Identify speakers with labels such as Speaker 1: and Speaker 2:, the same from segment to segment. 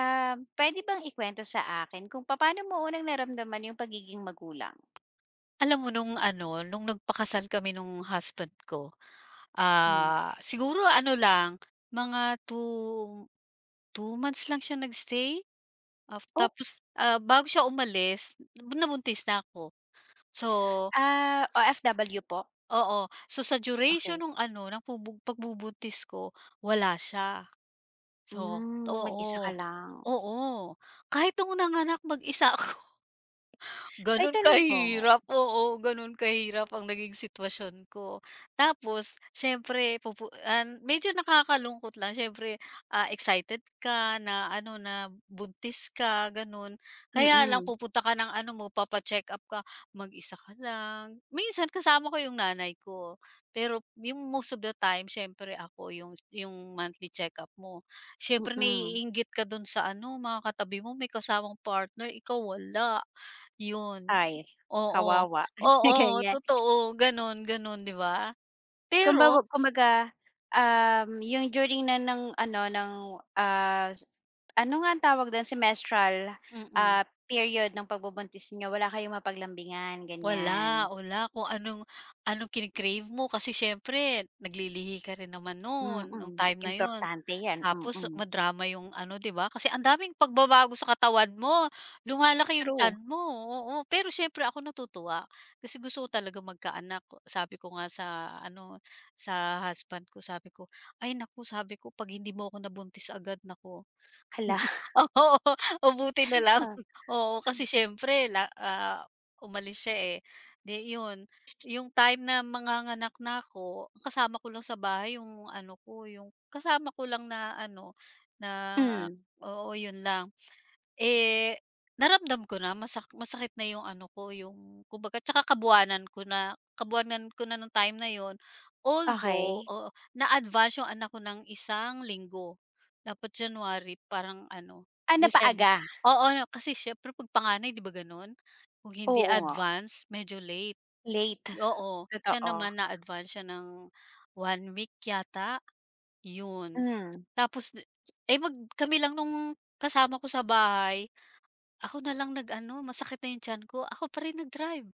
Speaker 1: Ah, puwede bang ikuwento sa akin kung papaano mo unang naramdaman yung pagiging magulang?
Speaker 2: Alam mo nung ano, nung nagpakasal kami nung husband ko,
Speaker 1: Hmm.
Speaker 2: siguro ano lang, mga 2 months lang siya nagstay Af
Speaker 1: Oh.
Speaker 2: tapos, bago siya umalis, nabuntis na ako. So
Speaker 1: Ah, O
Speaker 2: s-
Speaker 1: F w po?
Speaker 2: Oo. So, sa duration
Speaker 1: Okay.
Speaker 2: nung ano, ng pagbubuntis ko, wala siya. So
Speaker 1: Hmm, mag-isa ka
Speaker 2: oo.
Speaker 1: lang.
Speaker 2: Oo. Kahit nung nanganak mag-isa ako.
Speaker 1: Ay
Speaker 2: Gano'n
Speaker 1: talaga?
Speaker 2: kahirap, oo, gano'n kahirap ang naging sitwasyon ko. Tapos siyempre medyo nakakalungkot lang siyempre, excited ka na ano, na buntis ka gano'n. Kaya lang
Speaker 1: Mm,
Speaker 2: pupunta ka ng ano mo, papa-check-up ka, mag-isa ka lang. Minsan kasama ko yung nanay ko, pero yung most of the time siyempre ako yung monthly check-up mo. Siyempre
Speaker 1: mm.
Speaker 2: naiinggit ka dun sa ano, mga katabi mo may kasamang partner, ikaw wala. Yun,
Speaker 1: Ay,
Speaker 2: oo,
Speaker 1: kawawa,
Speaker 2: oo,
Speaker 1: ganyan.
Speaker 2: totoo gano'n, gano'n 'di ba? Pero
Speaker 1: Kumbaga, yung during na ng ano, ng, ah, s- ano nga ang tawag dun, semestral,
Speaker 2: mm,
Speaker 1: period ng pagbubuntis niyo wala kayong mapaglambingan, ganyan?
Speaker 2: wala, wala kung anong anong mo kasi siyempre naglilihi ka rin naman noon nung
Speaker 1: Mm,
Speaker 2: time na yun.
Speaker 1: importante 'yan,
Speaker 2: Tapos
Speaker 1: mm.
Speaker 2: madrama yung ano 'di ba, kasi ang daming pagbabago sa katawan mo, lumalaki yung
Speaker 1: True.
Speaker 2: tiyan mo, oo. Pero siyempre ako natutuwa kasi gusto ko talaga magkaanak, sabi ko nga sa ano, sa husband ko sabi ko, "Ay naku," sabi ko, "'pag hindi mo ako nabuntis agad naku."
Speaker 1: Hala.
Speaker 2: Oo, o buti na lang.
Speaker 1: Oh.
Speaker 2: Oo, kasi siyempre umalis siya, eh. 'Di 'yun, yung time na manganganak na ako, ang kasama ko lang sa bahay yung ano ko, yung kasama ko lang na ano, na
Speaker 1: Hmm.
Speaker 2: oo, 'yun lang. Eh, naramdam ko na masakit na yung ano ko, yung kumbaga tsaka kabuwanan ko na nung time na yun. Although,
Speaker 1: Okey.
Speaker 2: oo, na-advance yung anak ko ng 1 linggo. Dapat January, parang ano,
Speaker 1: Ah,
Speaker 2: December.
Speaker 1: napaaga.
Speaker 2: Oo, na kasi siyempre 'pag panganay 'di ba gano'n? Kung hindi
Speaker 1: Oo nga,
Speaker 2: advance, medyo late.
Speaker 1: late.
Speaker 2: Oo, siya
Speaker 1: Totoo.
Speaker 2: naman na-advance siya ng 1 week yata, yun.
Speaker 1: Hmm.
Speaker 2: Tapos, eh, mag kami lang nung kasama ko sa bahay. Ako na lang nag-ano, masakit na yung tiyan ko, ako pa rin nag-drive,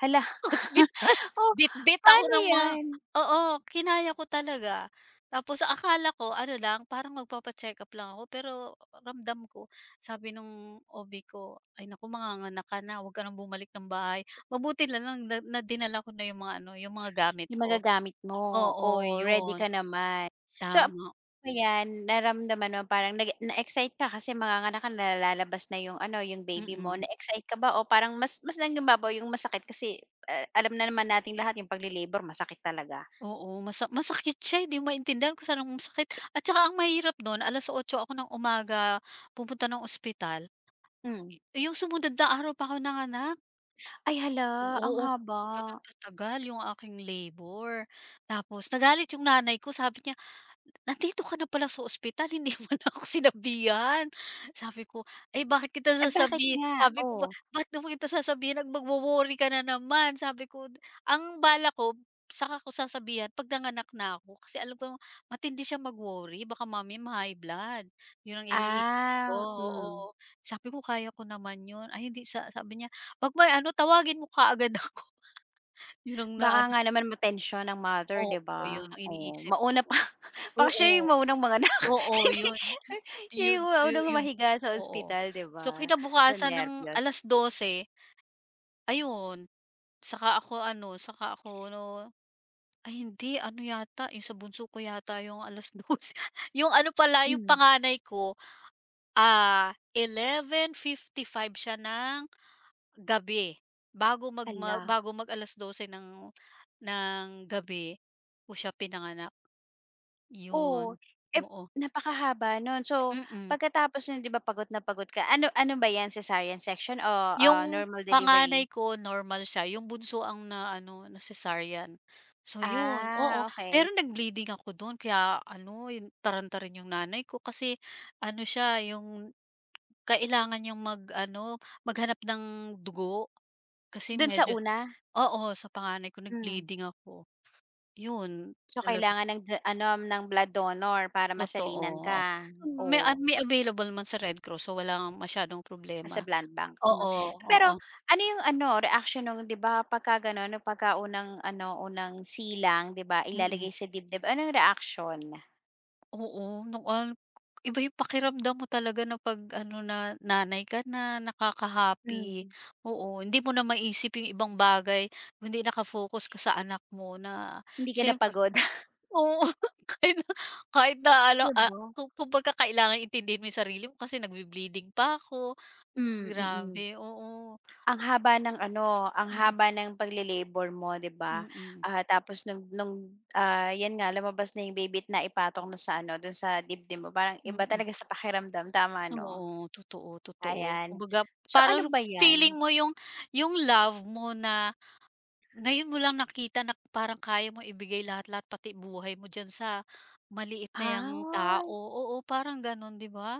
Speaker 1: Hala,
Speaker 2: ospital.
Speaker 1: oh,
Speaker 2: Bitbit ako
Speaker 1: paano
Speaker 2: ng mga
Speaker 1: 'yan?
Speaker 2: oo, kinaya ko talaga. Tapos akala ko ano lang, parang magpapa-check-up lang ako, pero ramdam ko sabi nung OB ko, "Ay naku, manganganak ka na, 'wag ka nang bumalik ng bahay." Mabuti na lang na na dinala ko na yung mga ano, yung mga gamit
Speaker 1: Yung
Speaker 2: ko.
Speaker 1: magagamit mo,
Speaker 2: Oo,
Speaker 1: oh, ready
Speaker 2: yun,
Speaker 1: ka naman. So,
Speaker 2: tama,
Speaker 1: ayan, naramdaman mo parang na-excite ka kasi manganganak ka na, lalabas na yung ano, yung baby mo.
Speaker 2: mm.
Speaker 1: Na-excite ka ba o parang mas mas nangingibabaw yung masakit kasi, alam na naman nating lahat yung pagle-labor masakit talaga?
Speaker 2: Oo, masakit siya, eh, hindi mo maintindihan kung saan ang sakit at saka ang mahirap nun 8:00 ako ng umaga pumunta ng ospital.
Speaker 1: Hmm.
Speaker 2: Yung sumunod na araw pa ako nanganak.
Speaker 1: Ay hala, ang
Speaker 2: Oo, oo,
Speaker 1: haba.
Speaker 2: ganun katagal yung aking labor. Tapos nagalit yung nanay ko sabi niya "Nandito ka na pala sa ospital hindi mo na ako sinabihan." Sabi ko, "Ay bakit kita
Speaker 1: Eh, bakit
Speaker 2: sasabi,"
Speaker 1: nga?
Speaker 2: sabi ko ba,
Speaker 1: Oh,
Speaker 2: "Bakit mo kita sasabihin at magwo-worry ka na naman." Sabi ko, ang balak ko saka ko sasabihan 'pag nanganak na ako kasi alam ko matindi siya mag-worry baka mamaya ma-high blood. 'Yun ang iniisip ko,
Speaker 1: ah, hmm.
Speaker 2: oo. Sabi ko kaya ko naman 'yun. Ay hindi sa sabi niya, "'Pag may ano tawagin mo kaagad ako." 'Yun ang
Speaker 1: Baka
Speaker 2: naano
Speaker 1: nga naman matensyon ang mother,
Speaker 2: oo,
Speaker 1: 'di ba?
Speaker 2: 'yun ang
Speaker 1: Oh,
Speaker 2: iniisip ko.
Speaker 1: mauna pa baka siya yung
Speaker 2: Oo.
Speaker 1: maunang manganak.
Speaker 2: Oo,
Speaker 1: Hindi,
Speaker 2: 'yun.
Speaker 1: siya
Speaker 2: Yun
Speaker 1: yung
Speaker 2: yu
Speaker 1: maunang
Speaker 2: Yun,
Speaker 1: humahiga sa
Speaker 2: oo.
Speaker 1: ospital, 'di
Speaker 2: So,
Speaker 1: ba, sa
Speaker 2: kinabukasan ng
Speaker 1: nerbiyos.
Speaker 2: 12:00 ayun, saka ako ano, saka ako no ay hindi ano yata, yung sa bunso ko yata yung alas dose yung ano pala, yung
Speaker 1: Hmm,
Speaker 2: panganay ko, ah, five siya ng gabi.
Speaker 1: hala,
Speaker 2: Bago mag alas dose ng gabi ko siya pinanganak,
Speaker 1: oo.
Speaker 2: yun.
Speaker 1: Eh,
Speaker 2: Oo,
Speaker 1: napakahaba nun. So,
Speaker 2: mm.
Speaker 1: pagkatapos nun, 'di ba, pagod na pagod ka. Ano ano ba 'yan, cesarean section o
Speaker 2: Yung
Speaker 1: normal delivery?
Speaker 2: panganay ko normal siya, yung bunso ang na ano, na cesarean. So yun, oo.
Speaker 1: Ah,
Speaker 2: Pero
Speaker 1: okay.
Speaker 2: nag-bleeding ako don kaya ano, yun taran yung nanay ko kasi ano siya, yung kailangan niyang mag-ano, maghanap ng dugo kasi
Speaker 1: Dun sa
Speaker 2: medyo
Speaker 1: una?
Speaker 2: oo, sa panganay ko
Speaker 1: Hmm.
Speaker 2: nag-bleeding ako. Yun,
Speaker 1: So,
Speaker 2: talaga
Speaker 1: kailangan ng ano, ng blood donor para
Speaker 2: totoo,
Speaker 1: masalinan
Speaker 2: oo.
Speaker 1: ka,
Speaker 2: May a
Speaker 1: o
Speaker 2: may available naman sa Red Cross so wala masyadong
Speaker 1: sa
Speaker 2: problema.
Speaker 1: blood bank, hmm.
Speaker 2: Oo,
Speaker 1: Pero
Speaker 2: oo,
Speaker 1: ano yung ano, reaction nung 'di ba pagka gano'n, nung pagka unang ano, unang silang 'di ba
Speaker 2: mm.
Speaker 1: ilalagay sa dibdib, anong reaction?
Speaker 2: Oo, noon iba yung pakiramdam mo talaga na 'pag ano na, nanay ka na, nakaka-happy.
Speaker 1: Hmm,
Speaker 2: Oo, hindi mo na maisip yung ibang bagay, hindi naka-focus ka sa anak mo na
Speaker 1: hindi ka
Speaker 2: siyempre
Speaker 1: napagod?
Speaker 2: oo, kahit na kahit na ano,
Speaker 1: 'Di ba?
Speaker 2: kung kumbaga kailangan intindihin mo yung sarili mo kasi nagbi-bleeding pa ako.
Speaker 1: Hmm, mm. Mm.
Speaker 2: Grabe, oo.
Speaker 1: Ang haba ng ano, ang
Speaker 2: Mm,
Speaker 1: haba ng pagle-labor mo 'di ba?
Speaker 2: mm,
Speaker 1: Ah, tapos nung 'yan nga lumabas na yung baby at na ipatong na sa ano, do'n sa dibdib mo, parang iba
Speaker 2: mm.
Speaker 1: talaga sa pakiramdam, tama 'no?
Speaker 2: Oo, totoo, totoo.
Speaker 1: Ayan.
Speaker 2: Kumbaga
Speaker 1: So, ano
Speaker 2: parang
Speaker 1: ba
Speaker 2: feeling
Speaker 1: 'yan?
Speaker 2: mo yung love mo na ngayon mo lang nakita na parang kaya mong ibigay lahat-lahat pati buhay mo diyan sa maliit na 'yang
Speaker 1: Ah,
Speaker 2: tao, oo, parang gano'n 'di ba?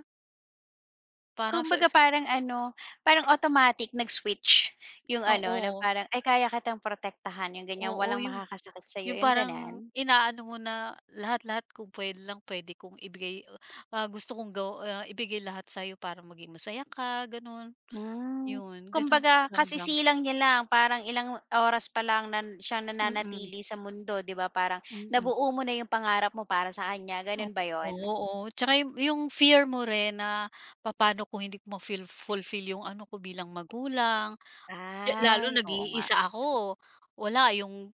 Speaker 2: Parang sa
Speaker 1: kumbaga parang ano, parang automatic nag-switch yung ano na
Speaker 2: oo,
Speaker 1: parang, "Ay kaya kitang protektahan," yung ganyan,
Speaker 2: oo,
Speaker 1: "Walang
Speaker 2: yung
Speaker 1: makakasakit sa'yo," yung gano'n?
Speaker 2: parang inaano mo na lahat-lahat kung puwede lang puwede kong ibigay, gusto kong ibigay lahat sa'yo para maging masaya ka gano'n,
Speaker 1: Hmm,
Speaker 2: yun gano'n ang
Speaker 1: kumbaga
Speaker 2: pakiramdam.
Speaker 1: kasisilang niya lang, parang ilang oras pa lang siyang
Speaker 2: Mm,
Speaker 1: nananatili sa mundo, 'di ba? Parang
Speaker 2: mm.
Speaker 1: nabuo mo na yung pangarap mo para sa kanya,
Speaker 2: Oo,
Speaker 1: gano'n ba 'yon?
Speaker 2: oo, tsaka yung fear mo rin na papaano kung hindi ko ma-feel fulfill yung ano ko bilang magulang. Siya
Speaker 1: Ay,
Speaker 2: lalo
Speaker 1: oo nga.
Speaker 2: nag-iisa ako, wala yung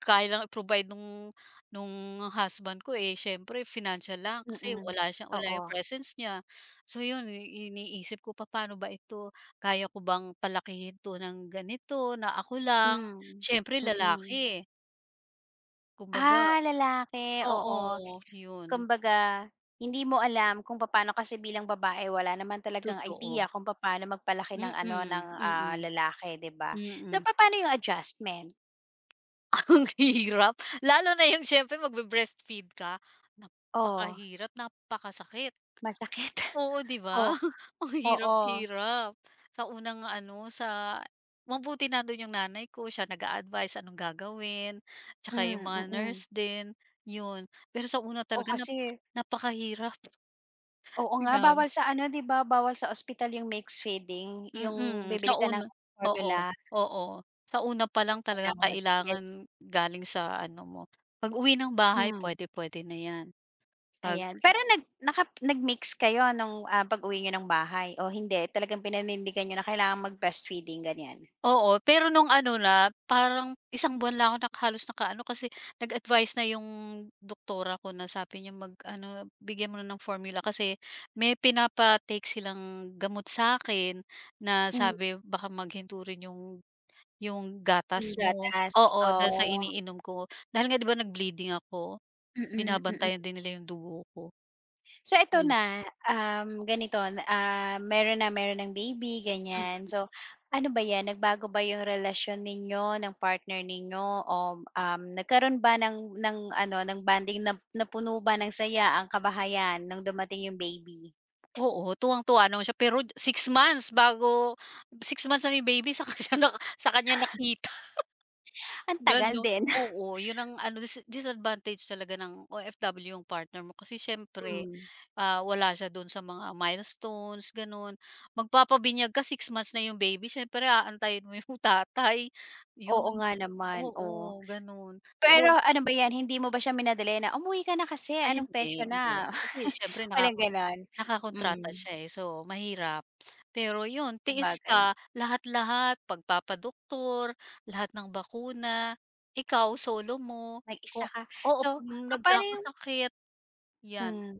Speaker 2: kaya lang i-provide nung husband ko, eh, siyempre financial lang kasi
Speaker 1: Mm.
Speaker 2: wala siya wala
Speaker 1: Oo.
Speaker 2: yung presence niya. So yun, iniisip ko papaano ba ito, kaya ko bang palakihin 'to ng ganito na ako lang,
Speaker 1: Hmm.
Speaker 2: siyempre
Speaker 1: Mm.
Speaker 2: lalaki kumbaga
Speaker 1: Ah, lalaki, oo.
Speaker 2: oo, yun,
Speaker 1: Kumbaga, hindi mo alam kung paano kasi bilang babae wala naman talagang idea
Speaker 2: totoo.
Speaker 1: kung paano magpalaki ng
Speaker 2: Mm,
Speaker 1: ano, ng,
Speaker 2: mm, mm.
Speaker 1: lalaki, 'di ba? So,
Speaker 2: mm.
Speaker 1: paano yung adjustment?
Speaker 2: Ang hirap, lalo na yung siyempre magbe-breastfeed ka,
Speaker 1: Oh,
Speaker 2: napakahirap, napakasakit.
Speaker 1: masakit.
Speaker 2: Oo, 'di ba?
Speaker 1: Oh,
Speaker 2: Ang
Speaker 1: oo.
Speaker 2: hirap-hirap. Sa unang ano, sa mabuti nando'n yung nanay ko, siya nag-a-advice anong gagawin, tsaka
Speaker 1: Hmm,
Speaker 2: yung mga
Speaker 1: mm.
Speaker 2: nurse din, yun. Pero sa una
Speaker 1: Oh,
Speaker 2: talaga
Speaker 1: kasi
Speaker 2: napakahirap,
Speaker 1: oo nga,
Speaker 2: grabe.
Speaker 1: bawal sa ano, 'di ba, bawal sa ospital yung mixed feeding,
Speaker 2: Mm, mm
Speaker 1: yung bibili
Speaker 2: sa
Speaker 1: ka ng
Speaker 2: una oo,
Speaker 1: formula,
Speaker 2: oo. Sa una pa lang talagang
Speaker 1: wala, yes.
Speaker 2: kailangan galing sa ano mo, pag-uwi ng bahay
Speaker 1: Hmm.
Speaker 2: puwede-puwede na 'yan, 'pag
Speaker 1: Ayan, pero nag-mix kayo nung, pag-uwi nyo ng bahay o hindi talagang pinanindigan nyo na kailangan mag-breastfeeding ganyan?
Speaker 2: oo, pero nung ano na, parang isang buwan lang ako naka halos nakaano kasi nag-advice na yung doktora ko na sabi niya mag-ano, bigyan mo na ng formula kasi may pinapa-take silang gamot sa akin na
Speaker 1: Hmm.
Speaker 2: sabi baka maghinto rin yung
Speaker 1: Yung
Speaker 2: gatas mo.
Speaker 1: gatas,
Speaker 2: Oo, dahil sa
Speaker 1: oh,
Speaker 2: iniinom ko. Dahil nga 'di ba nag-bleeding ako,
Speaker 1: mm, mm.
Speaker 2: binabantayan din nila yung dugo ko,
Speaker 1: So eto
Speaker 2: yun.
Speaker 1: na, ganito, meron na meron ng baby ganyan,
Speaker 2: Mm,
Speaker 1: so ano ba 'yan, nagbago ba yung relasyon ninyo ng partner ninyo o, nagkaroon ba ng ano, ng banding na napuno ba ng saya ang kabahayan nung dumating yung baby?
Speaker 2: oo, tuwang-tuwa naman siya pero six months na yung baby saka siya sa kanya nakita.
Speaker 1: Ang tagal
Speaker 2: Gano
Speaker 1: din.
Speaker 2: oo, yun ang ano disadvantage talaga ng OFW yung partner mo kasi siyempre,
Speaker 1: Hmm.
Speaker 2: wala siya dun sa mga milestones ganun. Magpapabinyag ka 6 months na yung baby siyempre aantayin mo yung tatay, yun.
Speaker 1: Oo nga naman, oo.
Speaker 2: Oo, ganun. So
Speaker 1: Pero ano ba 'yan, hindi mo ba siya minadali na, "Umuwi ka na kasi,
Speaker 2: ay
Speaker 1: anong
Speaker 2: hindi,
Speaker 1: petsa
Speaker 2: hindi
Speaker 1: na?"
Speaker 2: kasi siyempre
Speaker 1: Walang
Speaker 2: nakaka
Speaker 1: gano'n?
Speaker 2: nakakontrata
Speaker 1: Hmm,
Speaker 2: siya, eh, so mahirap. Pero yun, tiis
Speaker 1: sabagay,
Speaker 2: ka lahat-lahat, pagpapadoktor, lahat ng bakuna, ikaw solo mo.
Speaker 1: mag-isa
Speaker 2: Kung
Speaker 1: ka.
Speaker 2: oo,
Speaker 1: So,
Speaker 2: 'pag
Speaker 1: papa'no yung
Speaker 2: nagkakasakit, yan,
Speaker 1: hmm,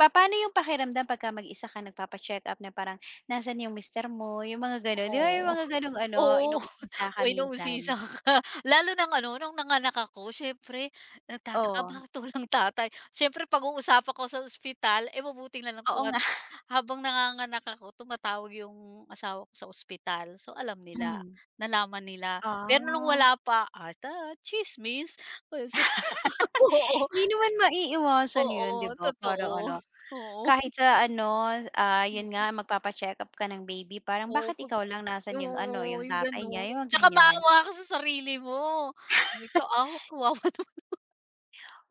Speaker 1: papa'no yung pakiramdam pagka mag-isa ka nagpapa-check-up na parang, "Nasan yung mister mo?" Yung mga gano'n. 'Di ba yung
Speaker 2: oo.
Speaker 1: mga gano'ng ano,
Speaker 2: Oo.
Speaker 1: inuusisa ka
Speaker 2: Uy,
Speaker 1: minsan?
Speaker 2: nausisa ka. Lalo ng ano, nung nanganak ako siyempre nagtataka
Speaker 1: Oo,
Speaker 2: bakit walang tatay. Siyempre pag-uusapan ko sa ospital, eh, mabuting na lang
Speaker 1: oo
Speaker 2: tuma
Speaker 1: nga.
Speaker 2: habang nanganganak ako tumatawag yung asawa ko sa ospital. So, alam nila,
Speaker 1: Hmm,
Speaker 2: nalaman nila. Pero nung
Speaker 1: ah.
Speaker 2: wala pa, ata tsismis. Tapos oo,
Speaker 1: Hindi naman maiiwasan 'yun, 'di
Speaker 2: oo,
Speaker 1: ba,
Speaker 2: totoo.
Speaker 1: parang ano.
Speaker 2: Oo.
Speaker 1: Kahit sa ano, yun nga magpapa-check-up ka ng baby parang
Speaker 2: Oo,
Speaker 1: bakit
Speaker 2: pag
Speaker 1: ikaw lang, nasaan yung ano,
Speaker 2: oo,
Speaker 1: yung
Speaker 2: yung
Speaker 1: tatay niya,
Speaker 2: gano'n.
Speaker 1: yung mga
Speaker 2: Tsaka
Speaker 1: ganyan.
Speaker 2: maawa ka sa sarili mo. Sabi ko, "Ah, kawawa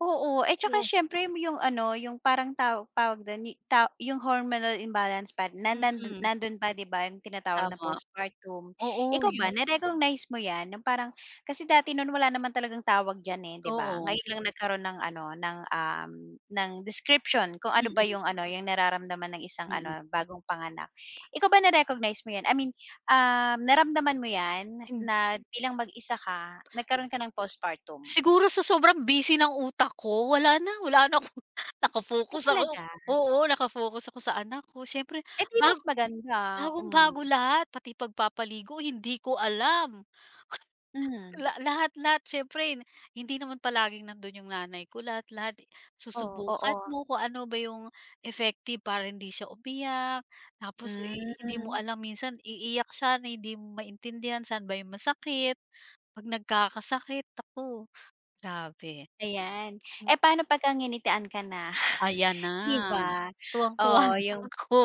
Speaker 1: Oo, eh, tsaka
Speaker 2: naman."
Speaker 1: siyempre yung ano, yung parang tawag dun, yu ta yung hormonal imbalance pa na nandun
Speaker 2: Mm,
Speaker 1: nandun pa 'di ba, yung tinatawag na
Speaker 2: tama.
Speaker 1: postpartum.
Speaker 2: Oo,
Speaker 1: Ikaw
Speaker 2: yun.
Speaker 1: ba na-recognize mo 'yan, yung parang kasi dati nun wala naman talagang tawag diyan, eh, 'di ba?
Speaker 2: Oo,
Speaker 1: Ngayon lang nagkaroon ng ano, ng, ng description kung ano ba
Speaker 2: mm,
Speaker 1: yung ano, yung nararamdaman ng isang
Speaker 2: mm.
Speaker 1: ano, bagong panganak. Ikaw ba na-recognize mo 'yan? I mean, naramdaman mo 'yan
Speaker 2: Hin
Speaker 1: na bilang mag-isa ka, nagkaroon ka ng postpartum?
Speaker 2: siguro sa sobrang busy ng utak ko wala na akong
Speaker 1: Ay,
Speaker 2: naka-focus ako
Speaker 1: talaga?
Speaker 2: oo, naka-focus ako sa anak ko. Siyempre
Speaker 1: Eh, 'di mas
Speaker 2: bago
Speaker 1: maganda, hmm.
Speaker 2: bagong-bago lahat, pati pagpapaligo hindi ko alam.
Speaker 1: Mhm.
Speaker 2: Lahat-lahat siyempre hindi naman palaging nandun yung nanay ko, lahat-lahat
Speaker 1: Oo, oo.
Speaker 2: susubukan mo kung ano ba yung effective para hindi siya umiyak, tapos, eh, hindi mo
Speaker 1: Hmm,
Speaker 2: alam minsan iiyak siya na hindi mo maintindihan saan ba yung masakit, 'pag nagkakasakit, ako grabe.
Speaker 1: ayan.
Speaker 2: Hmm,
Speaker 1: Eh, paano pagka nginitian ka na?
Speaker 2: ayan na,
Speaker 1: 'Di ba?
Speaker 2: tuwang-tuwa
Speaker 1: Oo,
Speaker 2: na
Speaker 1: yung
Speaker 2: ako,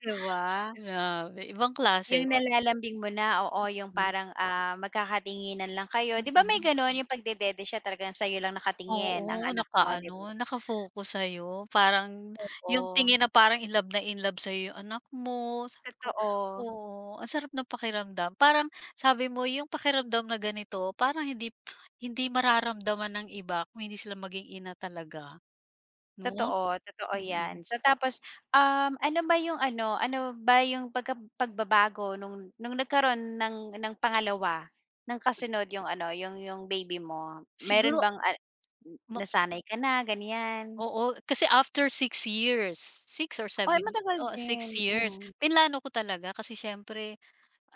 Speaker 1: 'di ba?
Speaker 2: grabe ibang klase
Speaker 1: Yung nalalambing mo na, oo, yung
Speaker 2: mm,
Speaker 1: parang, magkakatinginan lang kayo. 'Di ba may
Speaker 2: mm.
Speaker 1: gano'n, yung pagdedede siya talagang sa'yo lang nakatingin ang
Speaker 2: Oo,
Speaker 1: anak mo, 'di ba?
Speaker 2: nakaano, naka-focus sa'yo. Parang yung
Speaker 1: Oo,
Speaker 2: tingin na parang in love na in love sa'yo yung anak mo. Sabi ko
Speaker 1: totoo.
Speaker 2: oo, ang sarap ng pakiramdam. Parang sabi mo yung pakiramdam na ganito parang hindi hindi mararamdaman ng iba kung hindi sila maging ina talaga, 'no?
Speaker 1: Totoo, totoo
Speaker 2: Mm.
Speaker 1: 'yan. So tapos, ano ba yung ano, ano ba yung pagbabago nung nagkaroon ng pangalawa, ng kasunod yung ano, yung baby mo? Meron
Speaker 2: Siguro
Speaker 1: bang
Speaker 2: ma
Speaker 1: nasanay ka na, ganiyan?
Speaker 2: oo, kasi after 6 years, six or
Speaker 1: Ay,
Speaker 2: seven,
Speaker 1: matagal
Speaker 2: oh
Speaker 1: din,
Speaker 2: 6 years,
Speaker 1: hmm.
Speaker 2: plinano ko talaga kasi siyempre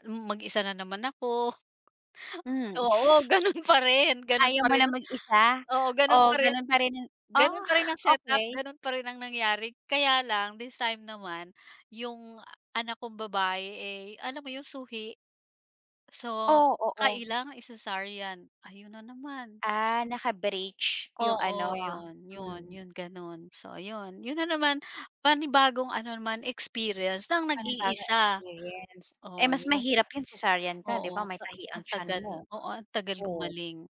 Speaker 2: mag-isa na naman ako.
Speaker 1: Hmm,
Speaker 2: Oo, gano'n
Speaker 1: ayaw
Speaker 2: pa
Speaker 1: mo
Speaker 2: rin
Speaker 1: na mag-isa?
Speaker 2: oo,
Speaker 1: O gano'n pa rin yung ah,
Speaker 2: gano'n pa rin ang setup,
Speaker 1: okey.
Speaker 2: gano'n pa rin ang nangyari. Kaya lang this time naman yung anak kong babae, eh, alam mo yung suhi. So,
Speaker 1: Oo, oo.
Speaker 2: kailangang i-cesarean, ayun na naman.
Speaker 1: Ah, naka-bridge yung
Speaker 2: Oo,
Speaker 1: ano,
Speaker 2: yun, yun,
Speaker 1: hmm.
Speaker 2: yun gano'n. So ayun, yun na naman panibagong ano naman experience ng
Speaker 1: Panibagong
Speaker 2: nag-iisa.
Speaker 1: experience. Eh,
Speaker 2: Oo,
Speaker 1: mas
Speaker 2: yun.
Speaker 1: mahirap 'yun cesarean ka 'di
Speaker 2: Oo,
Speaker 1: ba, may
Speaker 2: ka
Speaker 1: tahi ang
Speaker 2: ang
Speaker 1: tiyan
Speaker 2: tagal
Speaker 1: mo.
Speaker 2: oo, ang tagal
Speaker 1: Oo,
Speaker 2: gumaling.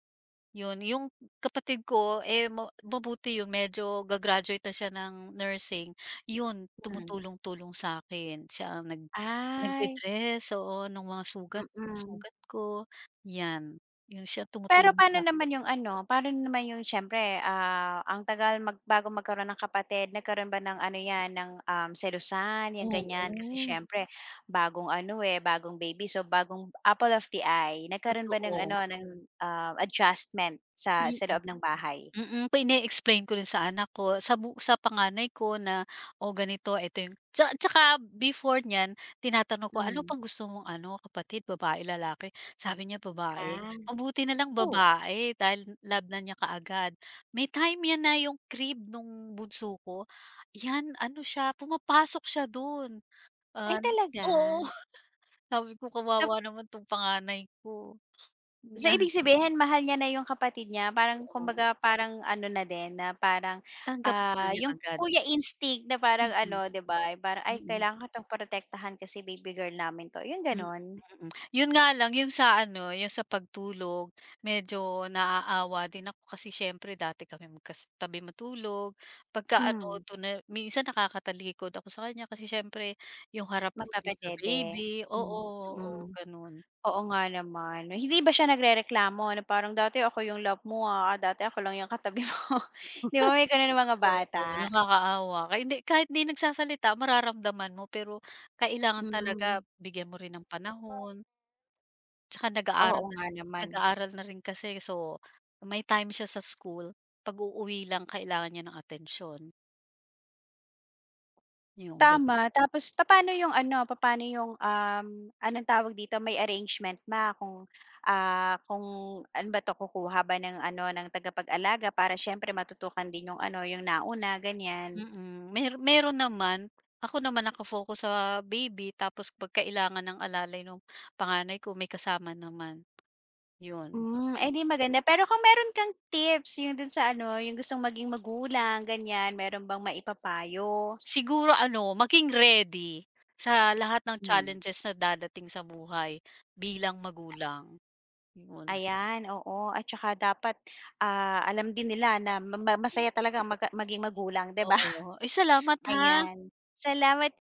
Speaker 2: Yun, yung kapatid ko, eh, mabuti yun medyo gagraduate na siya ng nursing, yun
Speaker 1: hmm.
Speaker 2: tumutulong-tulong sa'kin. Siya ang
Speaker 1: Ay,
Speaker 2: nagde-dress, oo, nung mga
Speaker 1: mm.
Speaker 2: sugat ko, yan. Yun siya
Speaker 1: Pero
Speaker 2: tumutulong
Speaker 1: paano naman
Speaker 2: sa'kin
Speaker 1: 'yung ano, paano naman 'yung siyempre, ang tagal bago magkaroon ng kapatid, nagkaroon ba ng ano 'yan ng, selusan 'yang ganiyan? Kasi
Speaker 2: oo,
Speaker 1: siyempre bagong ano, eh, bagong baby so bagong apple of the eye. Nagkaroon ba ng ano
Speaker 2: totoo.
Speaker 1: ng, adjustment sa
Speaker 2: Mm.
Speaker 1: loob ng bahay?
Speaker 2: Mm, pine-explain ko rin sa anak ko, sa panganay ko na, o ganito, ito yung," tsaka before niyan tinatanong ko, "Ano
Speaker 1: Hmm,
Speaker 2: bang gusto mong ano kapatid, babae, lalaki?" Sabi niya, "Babae."
Speaker 1: ah,
Speaker 2: Mabuti na lang
Speaker 1: oh,
Speaker 2: babae dahil love na niya kaagad. May time yan na yung crib nung bunso ko, yan ano siya, pumapasok siya dun,
Speaker 1: ay
Speaker 2: an
Speaker 1: talaga?
Speaker 2: oo, sabi ko,
Speaker 1: So
Speaker 2: "Kawawa naman 'tong panganay ko."
Speaker 1: So, ibig
Speaker 2: Yan,
Speaker 1: sabihin mahal niya na yung kapatid niya, parang
Speaker 2: oo.
Speaker 1: kumbaga parang ano na din na parang,
Speaker 2: Tanggap naman
Speaker 1: ah,
Speaker 2: niya
Speaker 1: yung
Speaker 2: agad.
Speaker 1: kuya instinct na parang
Speaker 2: Mm,
Speaker 1: ano
Speaker 2: mm.
Speaker 1: 'di ba, parang, "Ay
Speaker 2: mm.
Speaker 1: kailangan ko 'tong protektahan kasi baby girl namin 'to," yung
Speaker 2: Mm,
Speaker 1: gano'n?
Speaker 2: mm. mm. Yun nga lang yung sa ano, yung sa pagtulog medyo naaawa din ako kasi siyempre dati kami magkatabi matulog. Pagka ano
Speaker 1: Hmm,
Speaker 2: tuna minsan nakakatalikod ako sa kanya kasi siyempre yung harap ko dun sa
Speaker 1: magkapatid, eh.
Speaker 2: baby,
Speaker 1: Hmm,
Speaker 2: oo,
Speaker 1: mm.
Speaker 2: oo, ganun.
Speaker 1: Oo nga naman. Hindi ba siya nagrereklamo na parang, "Dati ako yung love mo, ah, dati ako lang yung katabi mo." 'Di ba may gano'n mga bata?
Speaker 2: Oo, nakakaawa. Kaya hindi kahit hindi nagsasalita mararamdaman mo pero kailangan talaga
Speaker 1: Hmm.
Speaker 2: bigyan mo rin ng panahon. Tsaka
Speaker 1: Oo nga naman.
Speaker 2: nag-aaral na rin kasi so, may time siya sa school, 'pag uuwi lang kailangan niya ng atensyon, yung ganun.
Speaker 1: Tama, tapos paano yung ano, paano yung, anong tawag dito, may arrangement ba kung, kung ano ba 'to, kukuha ba ng ano, ng tagapag-alaga para siyempre matutukan din yung ano, yung nauna, ganyan?
Speaker 2: Mm, meron naman, ako naman naka-focus sa baby tapos 'pag kailangan ng alalay nung panganay ko may kasama naman, yun,
Speaker 1: Hmm, eh,
Speaker 2: ganun.
Speaker 1: 'di maganda. Pero kung meron kang tips, yung dun sa ano, yung gustong maging magulang, ganyan, meron bang maipapayo?
Speaker 2: Siguro ano, maging ready sa lahat ng
Speaker 1: Hmm,
Speaker 2: challenges na dadating sa buhay bilang magulang, yun.
Speaker 1: ayan, oo. At tsaka dapat, alam din nila na ma ma masaya talaga maging magulang, 'di ba?
Speaker 2: Oo, ay salamat ha.
Speaker 1: Ayan, salamat